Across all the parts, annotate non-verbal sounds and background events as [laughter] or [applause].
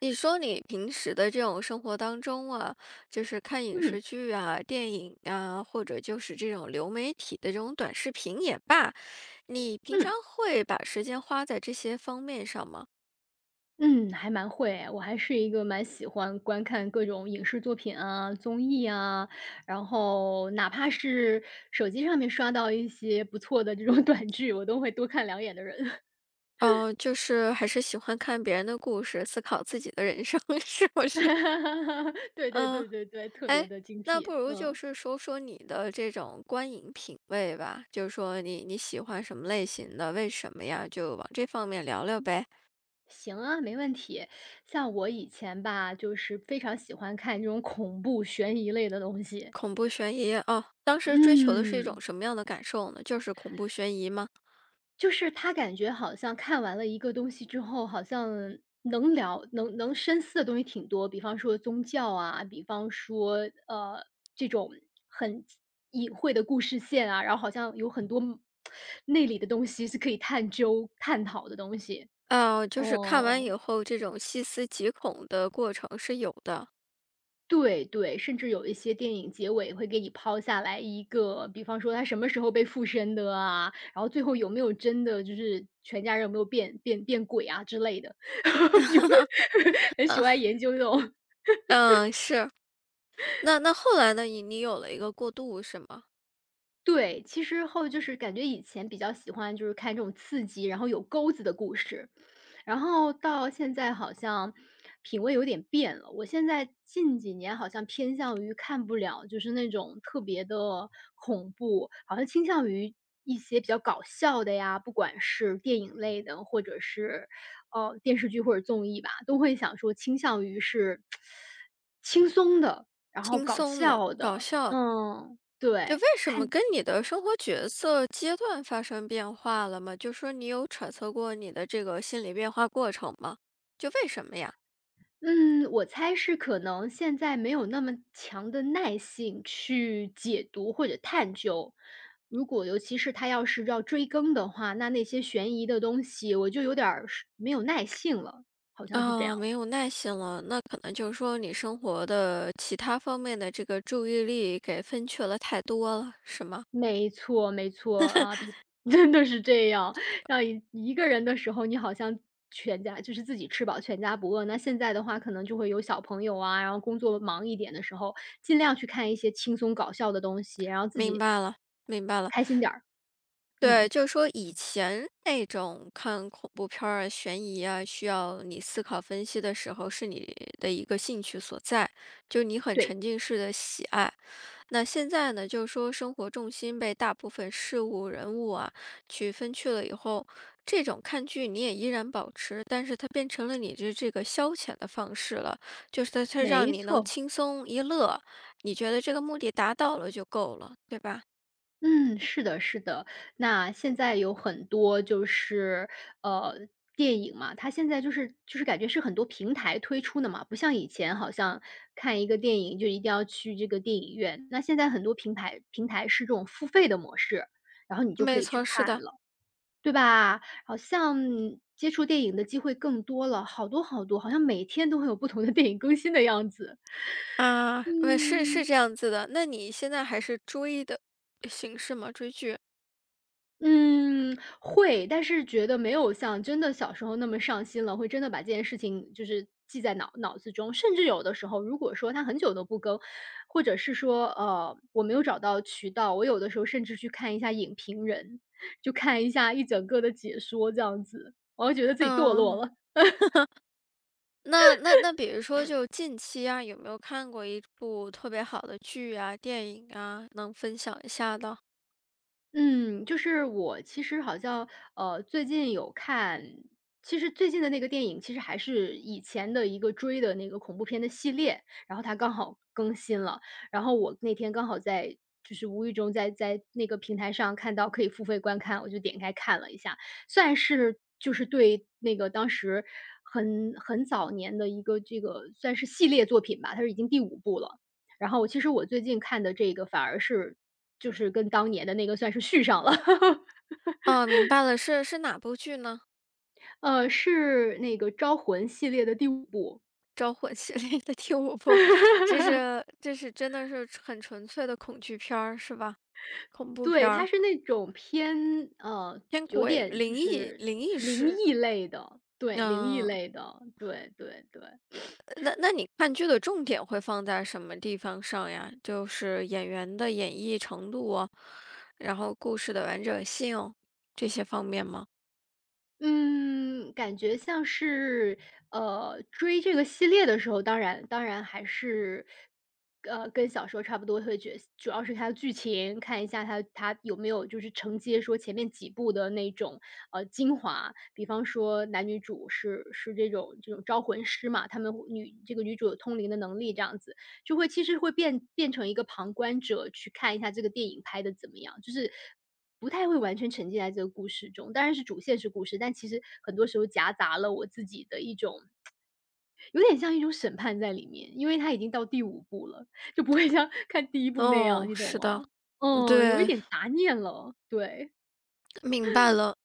你说你平时的这种生活当中啊，就是看影嗯视剧啊、电影啊，或者就是这种流媒体的这种短视频也罢，你平嗯常会把时间花在这些方面上吗？嗯，还蛮会诶，我还是一个蛮喜欢观看各种影视作品啊、综艺啊，然后哪怕是手机上面刷到一些不错的这种 [laughs] 短剧，我都会多看两眼的人。哦，就是还是喜欢看别人的故事，思考自己的人生，[laughs] 是不是？[laughs] 对对嗯，对对对，特别哎，的精那辟，不如就嗯。是说说你的这种观影品味吧，就是说你喜欢什么类型的，为什么呀？就往这方面聊聊呗。行啊，没问题。像我以前吧，就是非常喜欢看这种恐怖悬疑类的东西。恐怖悬疑啊！当时追求的是一嗯，种什么样的感受呢？就是恐怖悬疑吗？就是他感觉好像看完了一个东西之后，好像能聊能能深思的东西挺多，比方说宗教啊，比方说呃这种很隐晦的故事线啊，然后好像有很多内里的东西是可以探究探讨的东西。哦，就是看完哦。以后这种细思极恐的过程是有的。对对，甚至有一些电影结尾会给你抛下来一个，比方说他什么时候被附身的啊，然后最后有没有真的就是全家人有没有变鬼啊之类的，[laughs] 就 [laughs] 很喜嗯 欢 [laughs] 研究这种。嗯，是。那后来呢？你有了一个过渡是吗？对，其实后就是感觉以前比较喜欢就是看这种刺激，然后有钩子的故事，然后到现在好像品味有点变了，我现在近几年好像偏向于看不了，就是那种特别的恐怖，好像倾向于一些比较搞笑的呀，不管是电影类的，或者是哦电视剧或者综艺吧，都会想说倾向于是轻松的，然后轻搞松的、笑搞的，笑的，嗯，就对。为什么跟你的生活角色阶段发生变化了吗？就说你有揣测过你的这个心理变化过程吗？就为什么呀？嗯，我猜是可能现在没有那么强的耐性去解读或者探究。如果尤其是他要是要追更的话，那些悬疑的东西我就有点儿是没有耐性了，好像是这样。啊，没有耐心了，那可能就是说你生活的其他方面的这个注意力给分去了太多了，是吗？没错没错，啊，比 [laughs] 真的是这样。让一个人的时候，你好像全家就是自己吃饱全家不饿。那现在的话，可能就会有小朋友啊，然后工作忙一点的时候，尽量去看一些轻松搞笑的东西，然后自明己白了，明白了。开心点儿。嗯，对，就是说以前那种看恐怖片儿啊、悬疑啊，需要你思考分析的时候，是你的一个兴趣所在，就你很对，沉浸式的喜爱。那现在呢，就是说生活重心被大部分事物、人物啊去分去了以后，这种看剧你也依然保持，但是它变成了你的这个消遣的方式了，就是它让没你能错。轻松一乐，你觉得这个目的达到了就够了，对吧？嗯，是的，是的。那现在有很多就是，呃，电影嘛，它现在就是感觉是很多平台推出的嘛，不像以前好像看一个电影就一定要去这个电影院。那现在很多平台是这种付费的模式，然后你就可没以去错，是看的。了，对吧？好像接触电影的机会更多了，好多好多，好像每天都会有不同的电影更新的样子。啊，呃是嗯。是这样子的。那你现在还是追的形式吗？追剧？嗯，会，但是觉得没有像真的小时候那么上心了，会真的把这件事情就是记在脑子中。甚至有的时候，如果说他很久都不更，或者是说，我没有找到渠道，我有的时候甚至去看一下影评人，就看一下一整个的解说这样子，我会觉得自己堕落嗯。了。那比如说就近期啊，有没有看过一部特别好的剧啊、电影啊，能分享一下的？嗯，就是我其实好像，最近有看其实最近的那个电影其实还是以前的一个追的那个恐怖片的系列，然后它刚好更新了。然后我那天刚好在就是无意中在那个平台上看到可以付费观看，我就点开看了一下，算是就是对那个当时很早年的一个这个算是系列作品吧，它是已经第五部了。然后其实我最近看的这个反而是就是跟当年的那个算是续上了，[laughs] 哦，明白了，是是哪部剧呢？是那个《招魂》系列的第五部。《招魂》系列的第五部，这是这是真的是很纯粹的恐惧片儿，是吧？恐怖片对，它儿，是那种偏偏有鬼、点就灵异、是灵异灵事。异类的，对，灵异嗯，类的，对对对。那那你看剧的重点会放在什么地方上呀？就是演员的演绎程度啊，然后故事的完整性这些方面吗？嗯，感觉像是，追这个系列的时候，当然当然还是，跟小说差不多，会觉主要是它的剧情，看一下它有没有就是承接说前面几部的那种，精华。比方说男女主是这种招魂师嘛，他们会女这个女主有通灵的能力这样子。就会其实会变成一个旁观者去看一下这个电影拍的怎么样，就是不太会完全沉浸在这个故事中。当然是主线是故事，但其实很多时候夹杂了我自己的一种有点像一种审判在里面，因为它已经到第五部了，就不会像 [laughs] 看第一部那样，哦，你懂是的，吗？嗯，有一对，点杂念了，对，明白了。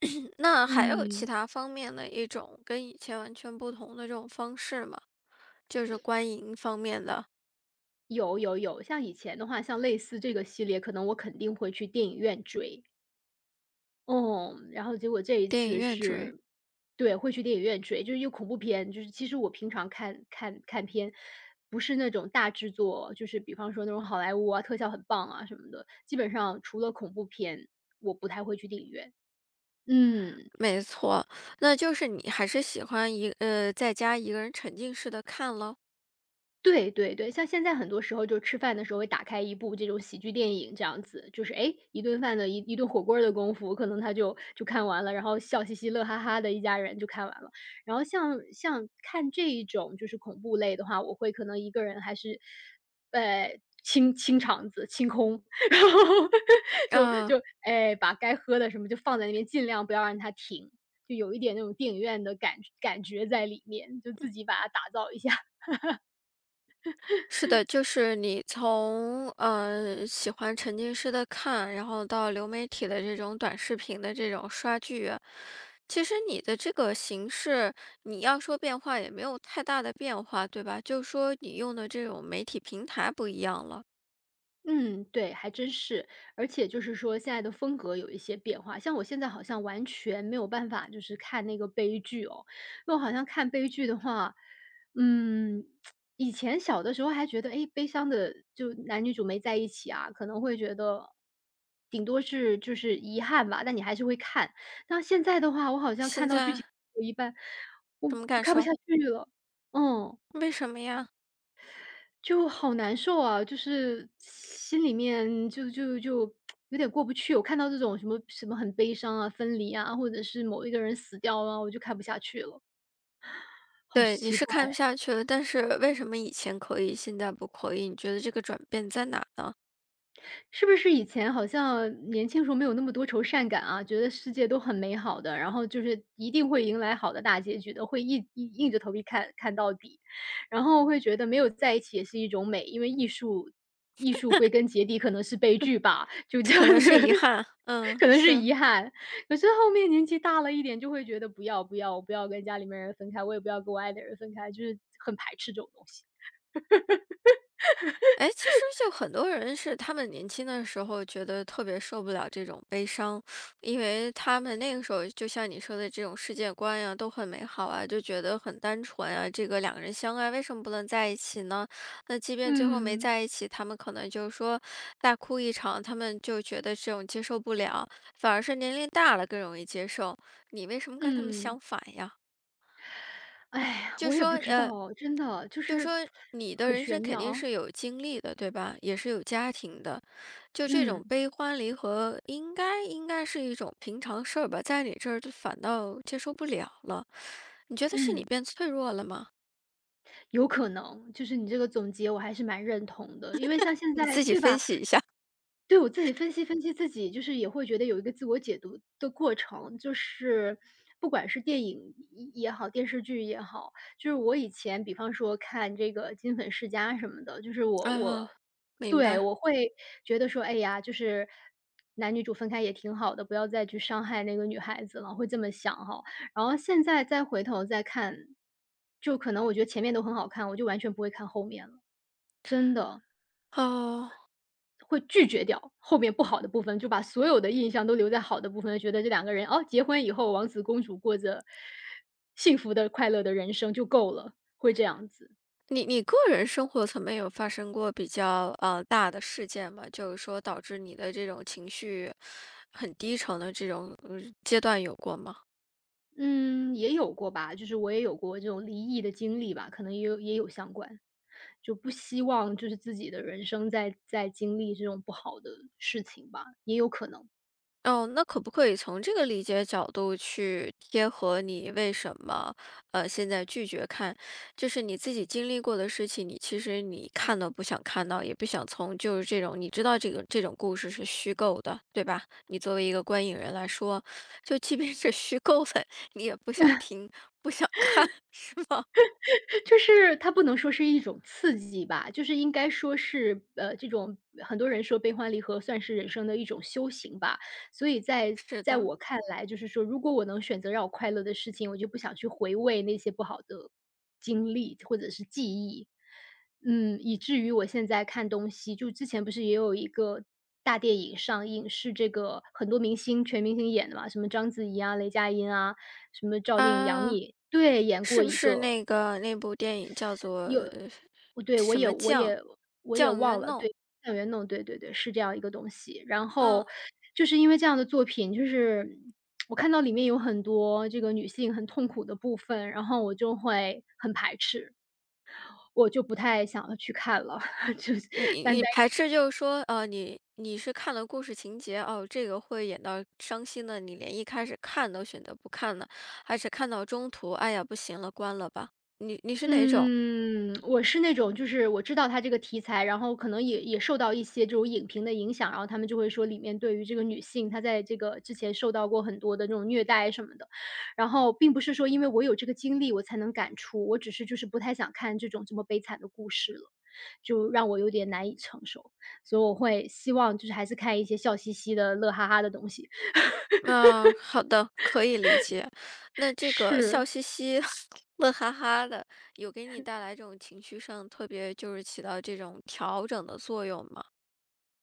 [clears throat] 那还有其嗯，他方面的一种跟以前完全不同的这种方式吗？就是观影方面的，有有有，像以前的话，像类似这个系列，可能我肯定会去电影院追。嗯，然后结果这一电影次院追。是对，会去电影院追，就是一个恐怖片，就是其实我平常看片，不是那种大制作，就是比方说那种好莱坞啊，特效很棒啊什么的，基本上除了恐怖片，我不太会去电影院。嗯。没错，那就是你还是喜欢一呃，在家一个人沉浸式的看咯。对对对，像现在很多时候就吃饭的时候会打开一部这种喜剧电影这样子，就是哎一顿饭的一顿火锅儿的功夫，可能他就看完了，然后笑嘻嘻、乐哈哈的一家人就看完了。然后像看这一种就是恐怖类的话，我会可能一个人还是，清清场子、清空，[laughs] 然后就嗯。就哎把该喝的什么就放在那边，尽量不要让它停，就有一点那种电影院的感觉在里面，就自己把它打造一下。是的，就是你从呃喜欢沉浸式的看，然后到流媒体的这种短视频的这种刷剧啊，其实你的这个形式，你要说变化也没有太大的变化，对吧？就是说你用的这种媒体平台不一样了。嗯，对，还真是。而且就是说现在的风格有一些变化，像我现在好像完全没有办法就是看那个悲剧哦，因为我好像看悲剧的话，嗯，[tsk] 以前小的时候还觉得，哎，悲伤的就男女主没在一起啊，可能会觉得顶多是就是遗憾吧，但你还是会看。但现在的话，我好像现看到剧情在有一半，我什么感看不受？下去了，嗯。为什么呀？就好难受啊，就是心里面就有点过不去。我看到这种什么什么很悲伤啊、分离啊，或者是某一个人死掉啊，我就看不下去了，好对，你奇是怪。看不下去了，但是为什么以前可以，现在不可以？你觉得这个转变在哪呢？是不是以前好像年轻时候没有那么多愁善感啊，觉得世界都很美好的，然后就是一定会迎来好的大结局的，会一硬着头皮看看到底，然后会觉得没有在一起也是一种美，因为艺术归根结底可能是悲剧吧，就这样可能子，是遗 [laughs] 憾，嗯，可能是是。遗憾。可是后面年纪大了一点，就会觉得不要，我不要跟家里面人分开，我也不要跟我爱的人分开，就是很排斥这种东西。哎，其实就很多人是他们年轻的时候觉得特别受不了这种悲伤，因为他们那个时候就像你说的这种世界观呀，都很美好啊，就觉得很单纯啊。这个两个人相爱，为什么不能在一起呢？那即便最后没嗯在一起，他们可能就是说大哭一场，他们就觉得这种接受不了，反而是年龄大了更容易接受。你为什么跟他们嗯。相反呀？哎呀，就我也说不知道呃，哦真的就就是说你的很人玄生肯定妙。是有经历的，对吧？也是有家庭的，就这嗯种悲欢离合，应该是一种平常事儿吧，在你这儿就反倒接受不了了。你觉得是你嗯,变脆弱了吗？有可能，就是你这个总结我还是蛮认同的，因为像现你在自己对分吧？析一下。对，我自己分析自己，就是也会觉得有一个自我解读的过程，就是不管是电影也好，电视剧也好，就是我以前比方说看这个《金粉世家》什么的，就是我啊，我明对，白。我会觉得说，哎呀，就是男女主分开也挺好的，不要再去伤害那个女孩子了，会这么想哈。然后现在再回头再看，就可能我觉得前面都很好看，我就完全不会看后面了，真的。哦，会拒绝掉后面不好的部分，就把所有的印象都留在好的部分，觉得这两个人哦，结婚以后王子公主过着幸福的、快乐的人生就够了，会这样子。你你个人生活层面有发生过比较呃大的事件吗？就是说导致你的这种情绪很低沉的这种呃阶段有过吗？嗯，也有过吧，就是我也有过这种离异的经历吧，可能也有相关，就不希望就是自己的人生在经历这种不好的事情吧，也有可能。哦，那可不可以从这个理解角度去贴合你为什么呃现在拒绝看，就是你自己经历过的事情，你其实你看都不想看到，也不想从就是这种你知道这个这种故事是虚构的，对吧？你作为一个观影人来说，就即便是虚构的，你也不想听，不想看，是吗？就是它不能说是一种刺激吧，就是应该说是，这种很多人说悲欢离合算是人生的一种修行吧。所以 [laughs] 在是在的，我看来，就是说，如果我能选择让我快乐的事情，我就不想去回味那些不好的经历或者是记忆。嗯，以至于我现在看东西，就之前不是也有一个大电影上映，是这个很多明星全明星演的嘛，什么章子怡啊、雷佳音啊，什么赵丽颖、杨啊，幂，对，演是过不一是个那个那部电影叫做有呃对，什么酱我也酱忘园了，弄？对，校园弄，对对对，是这样一个东西。然嗯。后就是因为这样的作品，就是我看到里面有很多这个女性很痛苦的部分，然后我就会很排斥，我就不太想要去看了，[laughs] 就是你单你单排斥就是说，呃，你你是看了故事情节，哦，这个会演到伤心的，你连一开始看都选择不看呢，还是看到中途，哎呀，不行了，关了吧？你你是哪种？嗯，我是那种就是我知道它这个题材，然后可能也受到一些这种影评的影响，然后他们就会说里面对于这个女性，她在这个之前受到过很多的这种虐待什么的。然后并不是说因为我有这个经历我才能感触，我只是就是不太想看这种这么悲惨的故事了，就让我有点难以承受，所以我会希望就是还是看一些笑嘻嘻的、乐哈哈的东西。嗯、好的，可以理解。那这个是。笑嘻嘻、[laughs] 乐哈哈的，有给你带来这种情绪上特别就是起到这种调整的作用吗？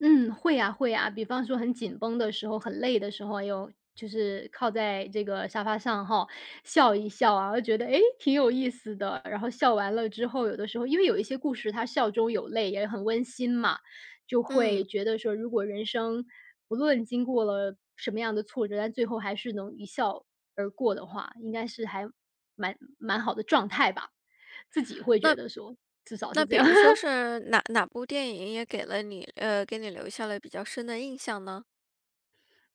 嗯，会呀会呀，比方说很紧绷的时候、很累的时候，有就是靠在这个沙发上哈，笑一笑啊，我觉得诶，挺有意思的。然后笑完了之后，有的时候因为有一些故事，它笑中有泪，也很温馨嘛，就会嗯，觉得说，如果人生不论经过了什么样的挫折，但最后还是能一笑而过的话，应该是还蛮好的状态吧。自己会觉那得说，至少那是这比样。[laughs] 如说是哪哪部电影也给了你呃，给你留下了比较深的印象呢？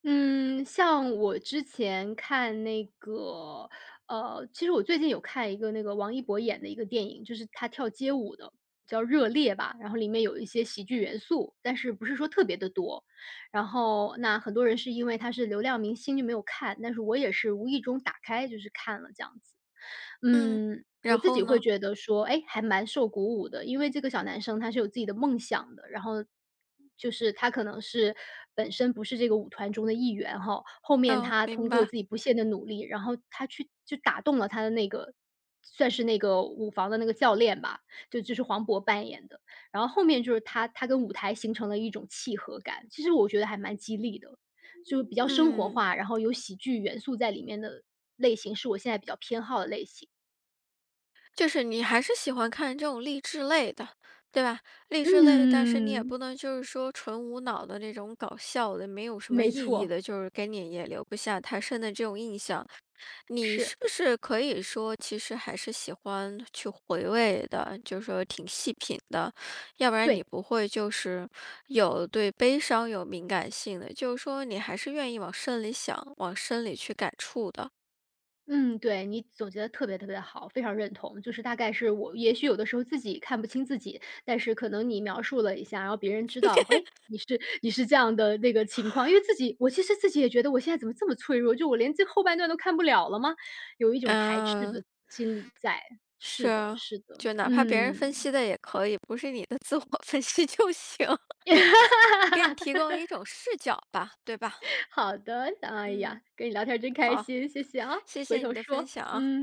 嗯，像我之前看那个，其实我最近有看一个那个王一博演的一个电影，就是他跳街舞的，叫《热烈》吧，然后里面有一些喜剧元素，但是不是说特别的多。然后那很多人是因为他是流量明星就没有看，但是我也是无意中打开就是看了这样子。嗯，嗯，我然自后己会呢？觉得说，哎，还蛮受鼓舞的，因为这个小男生他是有自己的梦想的，然后就是他可能是本身不是这个舞团中的一员哈，后面哦，他通明过白。自己不懈的努力，然后他去就打动了他的那个算是那个舞房的那个教练吧，就是黄渤扮演的，然后后面就是他跟舞台形成了一种契合感，其实我觉得还蛮激励的，就比较生活嗯，化，然后有喜剧元素在里面的类型是我现在比较偏好的类型。就是你还是喜欢看这种励志类的，对吧？励志类，但是你也嗯，不能就是说纯无脑的那种搞笑的，没有什么没意义错，的，就是给你也留不下太深的这种印象。你是，是不是可以说，其实还是喜欢去回味的，就是说挺细品的，要不然你对，不会就是有对悲伤有敏感性的，就是说你还是愿意往深里想，往深里去感触的。嗯，对，你总结的特别特别好，非常认同。就是大概是我也许有的时候自己看不清自己，但是可能你描述了一下，然后别人知道，诶，你是这样的那个情况。因为自己我其实自己也觉得我现在怎么这么脆弱，就我连这后半段都看不了了吗？有一种排斥嗯，的心理在，是的，是，是的，就哪怕别嗯人分嗯。析的也可以，不是你的自我 [laughs] 分析就行，[laughs] [laughs] 给你提供一种视角吧，对吧？好的，哎嗯，呀，跟你聊天真开好，心，谢谢啊，谢回谢你头的分说，享啊。嗯。